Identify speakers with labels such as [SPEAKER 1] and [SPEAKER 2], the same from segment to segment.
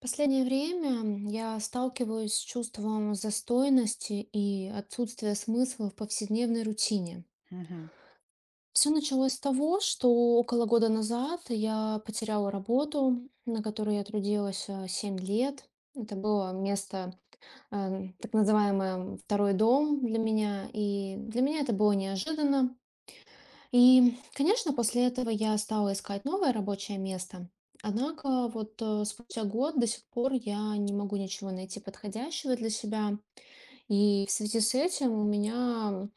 [SPEAKER 1] Последнее время я сталкиваюсь с чувством застойности и отсутствия смысла в повседневной рутине.
[SPEAKER 2] Мгм.
[SPEAKER 1] Все началось с того, что около года назад я потеряла работу, на которой я трудилась 7 лет. Это было место, так называемое второй дом для меня. И для меня это было неожиданно, и, конечно, после этого я стала искать новое рабочее место. Однако вот спустя год до сих пор я не могу ничего найти подходящего для себя. И в связи с этим у меня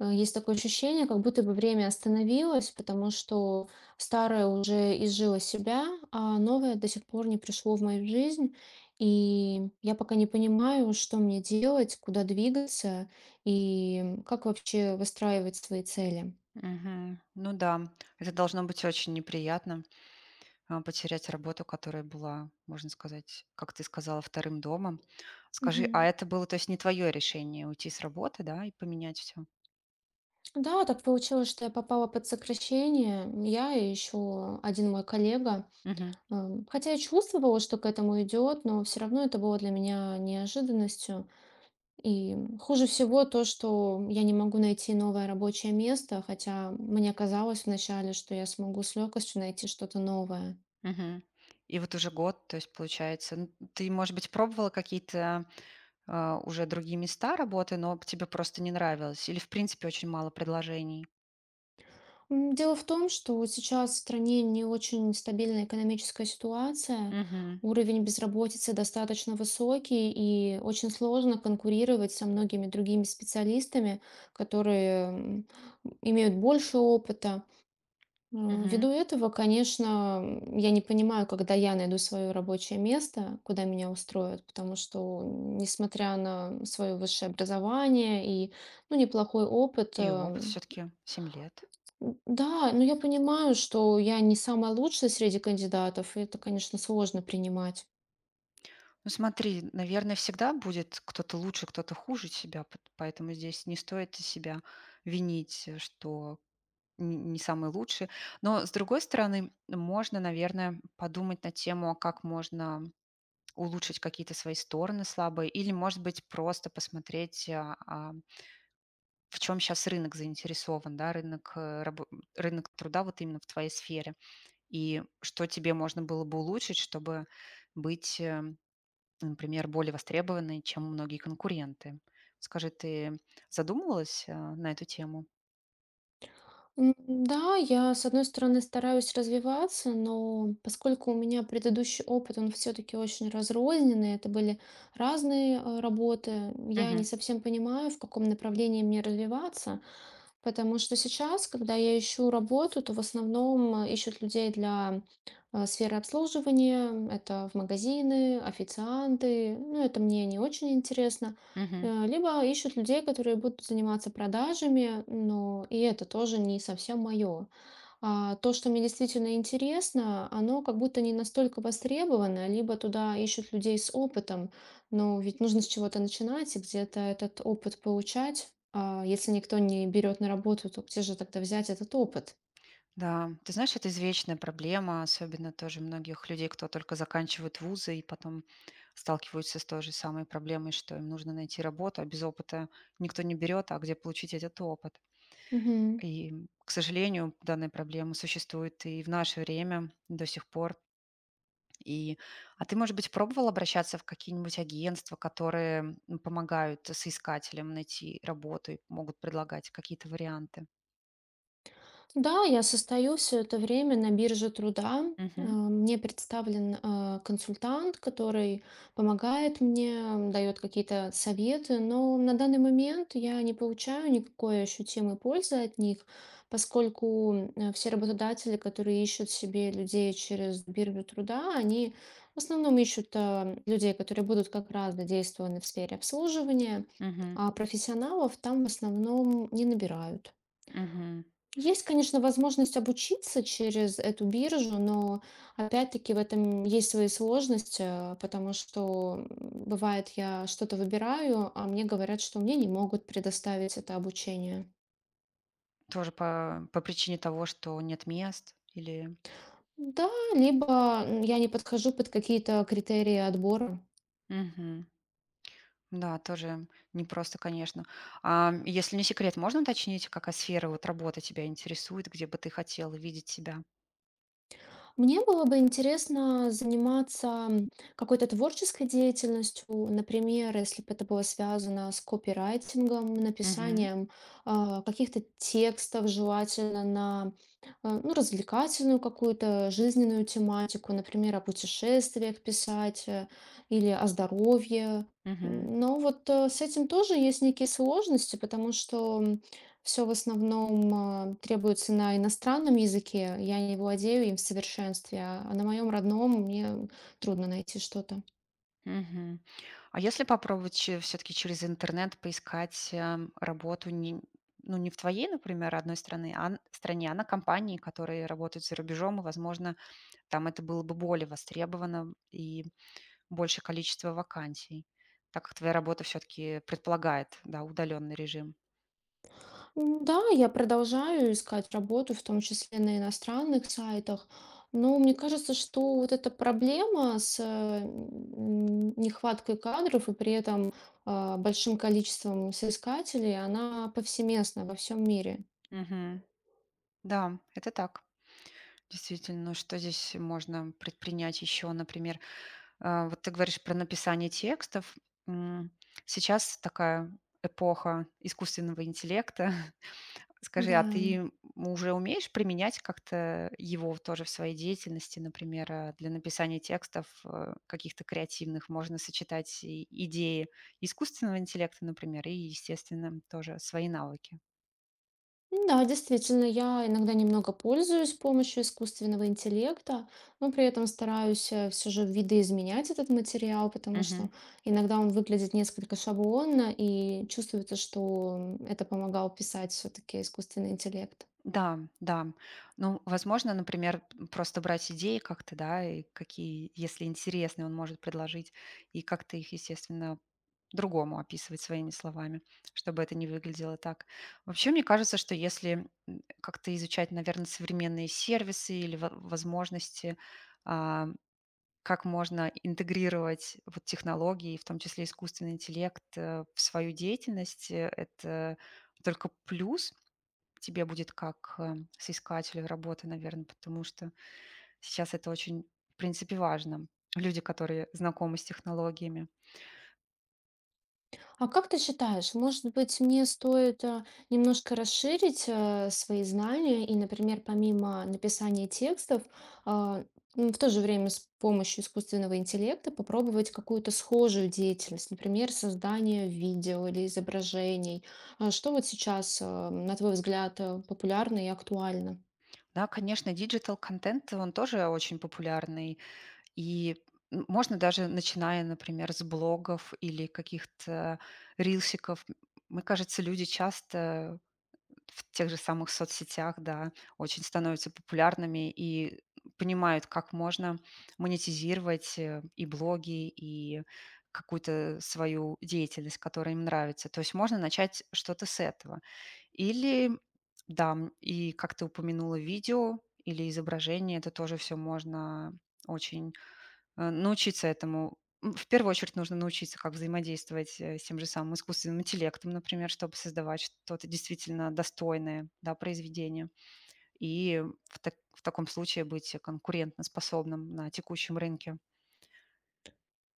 [SPEAKER 1] есть такое ощущение, как будто бы время остановилось, потому что старое уже изжило себя, а новое до сих пор не пришло в мою жизнь. И я пока не понимаю, что мне делать, куда двигаться и как вообще выстраивать свои цели.
[SPEAKER 2] Мгм. Ну да, это должно быть очень неприятно, потерять работу, которая была, можно сказать, как ты сказала, вторым домом. Скажи, а
[SPEAKER 1] Мгм.
[SPEAKER 2] это было, то есть, не твое решение уйти с работы, да, и поменять все?
[SPEAKER 1] Да, так получилось, что я попала под сокращение. Я и еще один мой коллега.
[SPEAKER 2] Мгм.
[SPEAKER 1] Хотя я чувствовала, что к этому идет, но все равно это было для меня неожиданностью. И хуже всего то, что я не могу найти новое рабочее место, хотя мне казалось вначале, что я смогу с легкостью найти что-то новое.
[SPEAKER 2] Мгм. И вот уже год, то есть, получается, ну, ты, может быть, пробовала какие-то, уже другие места работы, но тебе просто не нравилось или, в принципе, очень мало предложений?
[SPEAKER 1] Дело в том, что вот сейчас в стране не очень стабильная экономическая ситуация,
[SPEAKER 2] Мгм.
[SPEAKER 1] уровень безработицы достаточно высокий, и очень сложно конкурировать со многими другими специалистами, которые имеют больше опыта. М,
[SPEAKER 2] Мгм.
[SPEAKER 1] Ввиду этого, конечно, я не понимаю, когда я найду свое рабочее место, куда меня устроят, потому что, несмотря на свое высшее образование и, ну, неплохой опыт,
[SPEAKER 2] И
[SPEAKER 1] э,
[SPEAKER 2] опыт все-таки 7 лет.
[SPEAKER 1] М, Да, но я понимаю, что я не самая лучшая среди кандидатов, и это, конечно, сложно принимать.
[SPEAKER 2] Ну смотри, наверное, всегда будет кто-то лучше, кто-то хуже тебя, поэтому здесь не стоит себя винить, что не самый лучший. Но, с другой стороны, можно, наверное, подумать на тему, а как можно улучшить какие-то свои стороны слабые, или, может быть, просто посмотреть, в чем сейчас рынок заинтересован, да, рынок, рынок труда вот именно в твоей сфере, и что тебе можно было бы улучшить, чтобы быть например, более востребованы, чем многие конкуренты. Скажи, ты задумывалась, на эту тему?
[SPEAKER 1] Да, я, с одной стороны, стараюсь развиваться, но поскольку у меня предыдущий опыт, он все-таки очень разрозненный, это были разные работы, я не
[SPEAKER 2] Мгм.
[SPEAKER 1] совсем понимаю, в каком направлении мне развиваться, потому что сейчас, когда я ищу работу, то в основном ищут людей для сферы обслуживания, это в магазины, официанты, ну это мне не очень интересно.
[SPEAKER 2] Мгм.
[SPEAKER 1] Либо ищут людей, которые будут заниматься продажами, но и это тоже не совсем мое. То, что мне действительно интересно, оно как будто не настолько востребовано, либо туда ищут людей с опытом, но ведь нужно с чего-то начинать и где-то этот опыт получать. А если никто не берет на работу, то где же тогда взять этот опыт?
[SPEAKER 2] Да, ты знаешь, это извечная проблема, особенно тоже многих людей, кто только заканчивает вузы и потом сталкиваются с той же самой проблемой, что им нужно найти работу, а без опыта никто не берет, а где получить этот опыт?
[SPEAKER 1] Мгм.
[SPEAKER 2] И, к сожалению, данная проблема существует и в наше время до сих пор. И, а ты, может быть, пробовал обращаться в какие-нибудь агентства, которые помогают соискателям найти работу и могут предлагать какие-то варианты?
[SPEAKER 1] Да, я состою все это время на бирже труда.
[SPEAKER 2] Мгм.
[SPEAKER 1] Мне представлен, консультант, который помогает мне, дает какие-то советы, но на данный момент я не получаю никакой ощутимой пользы от них, поскольку, все работодатели, которые ищут себе людей через биржу труда, они в основном ищут, людей, которые будут как раз задействованы в сфере обслуживания,
[SPEAKER 2] Мгм.
[SPEAKER 1] а профессионалов там в основном не набирают.
[SPEAKER 2] Мгм.
[SPEAKER 1] Есть, конечно, возможность обучиться через эту биржу, но опять-таки в этом есть свои сложности, потому что бывает, я что-то выбираю, а мне говорят, что мне не могут предоставить это обучение.
[SPEAKER 2] Тоже по причине того, что нет мест или...
[SPEAKER 1] Да, либо я не подхожу под какие-то критерии отбора.
[SPEAKER 2] Мгм. Да, тоже непросто, конечно. А если не секрет, можно уточнить, какая сфера вот работы тебя интересует, где бы ты хотел видеть себя?
[SPEAKER 1] Мне было бы интересно заниматься, какой-то творческой деятельностью. Например, если бы это было связано с копирайтингом,
[SPEAKER 2] Мгм.
[SPEAKER 1] написанием, каких-то текстов, желательно на, ну, развлекательную какую-то жизненную тематику. Например, о путешествиях писать, или о здоровье.
[SPEAKER 2] Мгм.
[SPEAKER 1] Но вот, с этим тоже есть некие сложности, потому что все в основном требуется на иностранном языке. Я не владею им в совершенстве, а на моем родном мне трудно найти что-то.
[SPEAKER 2] Мгм. А если попробовать все-таки через интернет поискать работу не, ну, не в твоей, например, одной страны, стране, а на компании, которые работают за рубежом, и, возможно, там это было бы более востребовано и больше количество вакансий, так как твоя работа все-таки предполагает, да, удаленный режим.
[SPEAKER 1] Да, я продолжаю искать работу, в том числе на иностранных сайтах. Но мне кажется, что вот эта проблема с нехваткой кадров и при этом большим количеством соискателей, она повсеместна во всем мире.
[SPEAKER 2] Мгм. Да, это так. Действительно, ну, что здесь можно предпринять еще, например, а, вот ты говоришь про написание текстов. М, Сейчас такая эпоха искусственного интеллекта. Скажи,
[SPEAKER 1] Да.
[SPEAKER 2] а ты уже умеешь применять как-то его тоже в своей деятельности, например, для написания текстов каких-то креативных? Можно сочетать и идеи искусственного интеллекта, например, и, естественно, тоже свои навыки.
[SPEAKER 1] Ну Да, действительно, я иногда немного пользуюсь помощью искусственного интеллекта, но при этом стараюсь все же видоизменять этот материал, потому что иногда он выглядит несколько шаблонно и чувствуется, что это помогал писать все-таки искусственный интеллект.
[SPEAKER 2] Да, да. Ну, возможно, например, просто брать идеи как-то, да, и какие, если интересные, он может предложить, и как-то их, естественно, другому описывать своими словами, чтобы это не выглядело так. Вообще, мне кажется, что если как-то изучать, наверное, современные сервисы или возможности, а, как можно интегрировать вот технологии, в том числе искусственный интеллект, в свою деятельность, это только плюс, тебе будет как, соискателю работы, наверное, потому что сейчас это очень, в принципе, важно. Люди, которые знакомы с технологиями.
[SPEAKER 1] А как ты считаешь, может быть, мне стоит немножко расширить свои знания и, например, помимо написания текстов, а, в то же время с помощью искусственного интеллекта попробовать какую-то схожую деятельность, например, создание видео или изображений? Что вот сейчас, на твой взгляд, популярно и актуально?
[SPEAKER 2] Да, конечно, диджитал-контент, он тоже очень популярный. И, можно даже, начиная, например, с блогов или каких-то рилсиков, мне кажется, люди часто в тех же самых соцсетях, да, очень становятся популярными и понимают, как можно монетизировать и блоги, и какую-то свою деятельность, которая им нравится. То есть можно начать что-то с этого. Или, да, и как ты упомянула, видео или изображение, это тоже все можно очень научиться этому. В первую очередь нужно научиться, как взаимодействовать с тем же самым искусственным интеллектом, например, чтобы создавать что-то действительно достойное, да, произведение. И в, в таком случае быть конкурентоспособным на текущем рынке.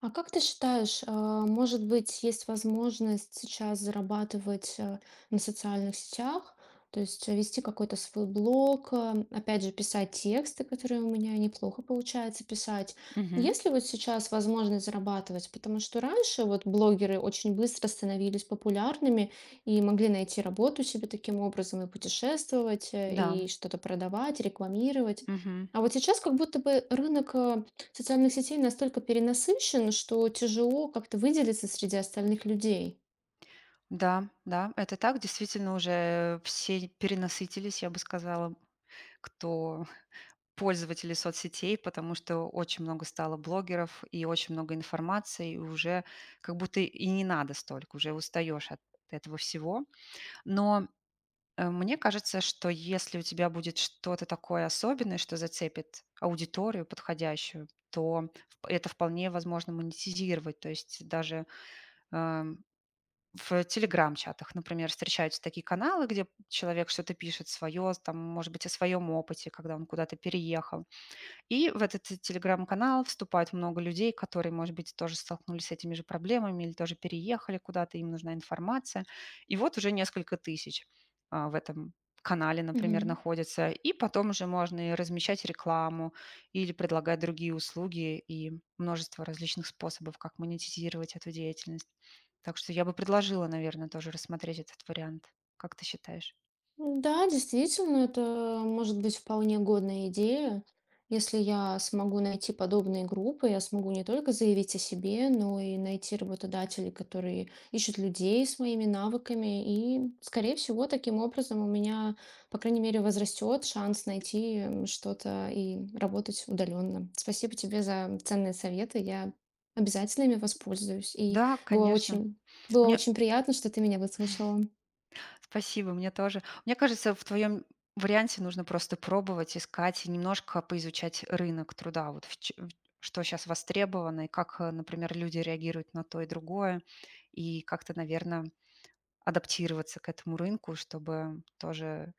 [SPEAKER 1] А как ты считаешь, может быть, есть возможность сейчас зарабатывать на социальных сетях, то есть вести какой-то свой блог, а, опять же, писать тексты, которые у меня неплохо получается писать.
[SPEAKER 2] Мгм.
[SPEAKER 1] Есть ли вот сейчас возможность зарабатывать? Потому что раньше вот блогеры очень быстро становились популярными и могли найти работу себе таким образом и путешествовать,
[SPEAKER 2] Да.
[SPEAKER 1] и что-то продавать, рекламировать.
[SPEAKER 2] Мгм.
[SPEAKER 1] А вот сейчас как будто бы рынок социальных сетей настолько перенасыщен, что тяжело как-то выделиться среди остальных людей.
[SPEAKER 2] Да, да, это так. Действительно, уже все перенасытились, я бы сказала, кто пользователей соцсетей, потому что очень много стало блогеров и очень много информации, и уже как будто и не надо столько, уже устаешь от этого всего. Но мне кажется, что если у тебя будет что-то такое особенное, что зацепит аудиторию подходящую, то это вполне возможно монетизировать. То есть даже эм, в телеграм-чатах, например, встречаются такие каналы, где человек что-то пишет свое, там, может быть, о своем опыте, когда он куда-то переехал и в этот т телеграм-канал вступают много людей, которые, может быть, тоже столкнулись с этими же проблемами или тоже переехали куда-то, им нужна информация. И вот уже несколько тысяч, в этом канале, например,
[SPEAKER 1] Мгм.
[SPEAKER 2] находятся. И потом уже можно и размещать рекламу или предлагать другие услуги и множество различных способов, как монетизировать эту деятельность. Так что я бы предложила, наверное, тоже рассмотреть этот вариант. Как ты считаешь?
[SPEAKER 1] Да, действительно, это может быть вполне годная идея. Если я смогу найти подобные группы, я смогу не только заявить о себе, но и найти работодателей, которые ищут людей с моими навыками. И, скорее всего, таким образом у меня, по крайней мере, возрастет шанс найти что-то и работать удаленно. Спасибо тебе за ценные советы. Я обязательно ими воспользуюсь. И
[SPEAKER 2] Да,
[SPEAKER 1] было
[SPEAKER 2] конечно.
[SPEAKER 1] очень, было
[SPEAKER 2] Мне
[SPEAKER 1] очень приятно, что ты меня выслушала.
[SPEAKER 2] Спасибо, мне тоже. Мне кажется, в твоем варианте нужно просто пробовать, искать и немножко поизучать рынок труда, вот что сейчас востребовано, и как, например, люди реагируют на то и другое, и как-то, наверное, адаптироваться к этому рынку, чтобы тоже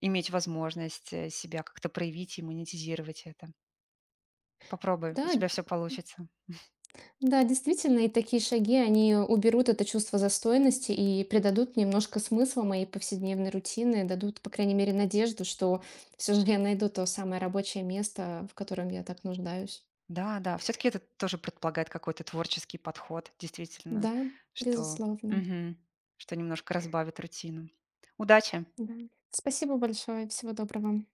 [SPEAKER 2] иметь возможность себя как-то проявить и монетизировать это. Попробуй,
[SPEAKER 1] Да,
[SPEAKER 2] у тебя все получится.
[SPEAKER 1] Да, действительно, и такие шаги, они уберут это чувство застойности и придадут немножко смысла моей повседневной рутины, дадут, по крайней мере, надежду, что все же я найду то самое рабочее место, в котором я так нуждаюсь.
[SPEAKER 2] Да, да, все таки это тоже предполагает какой-то творческий подход, действительно,
[SPEAKER 1] Да,
[SPEAKER 2] что
[SPEAKER 1] безусловно.
[SPEAKER 2] мгм, что немножко разбавит рутину. Удачи!
[SPEAKER 1] Да. Спасибо большое. Всего доброго.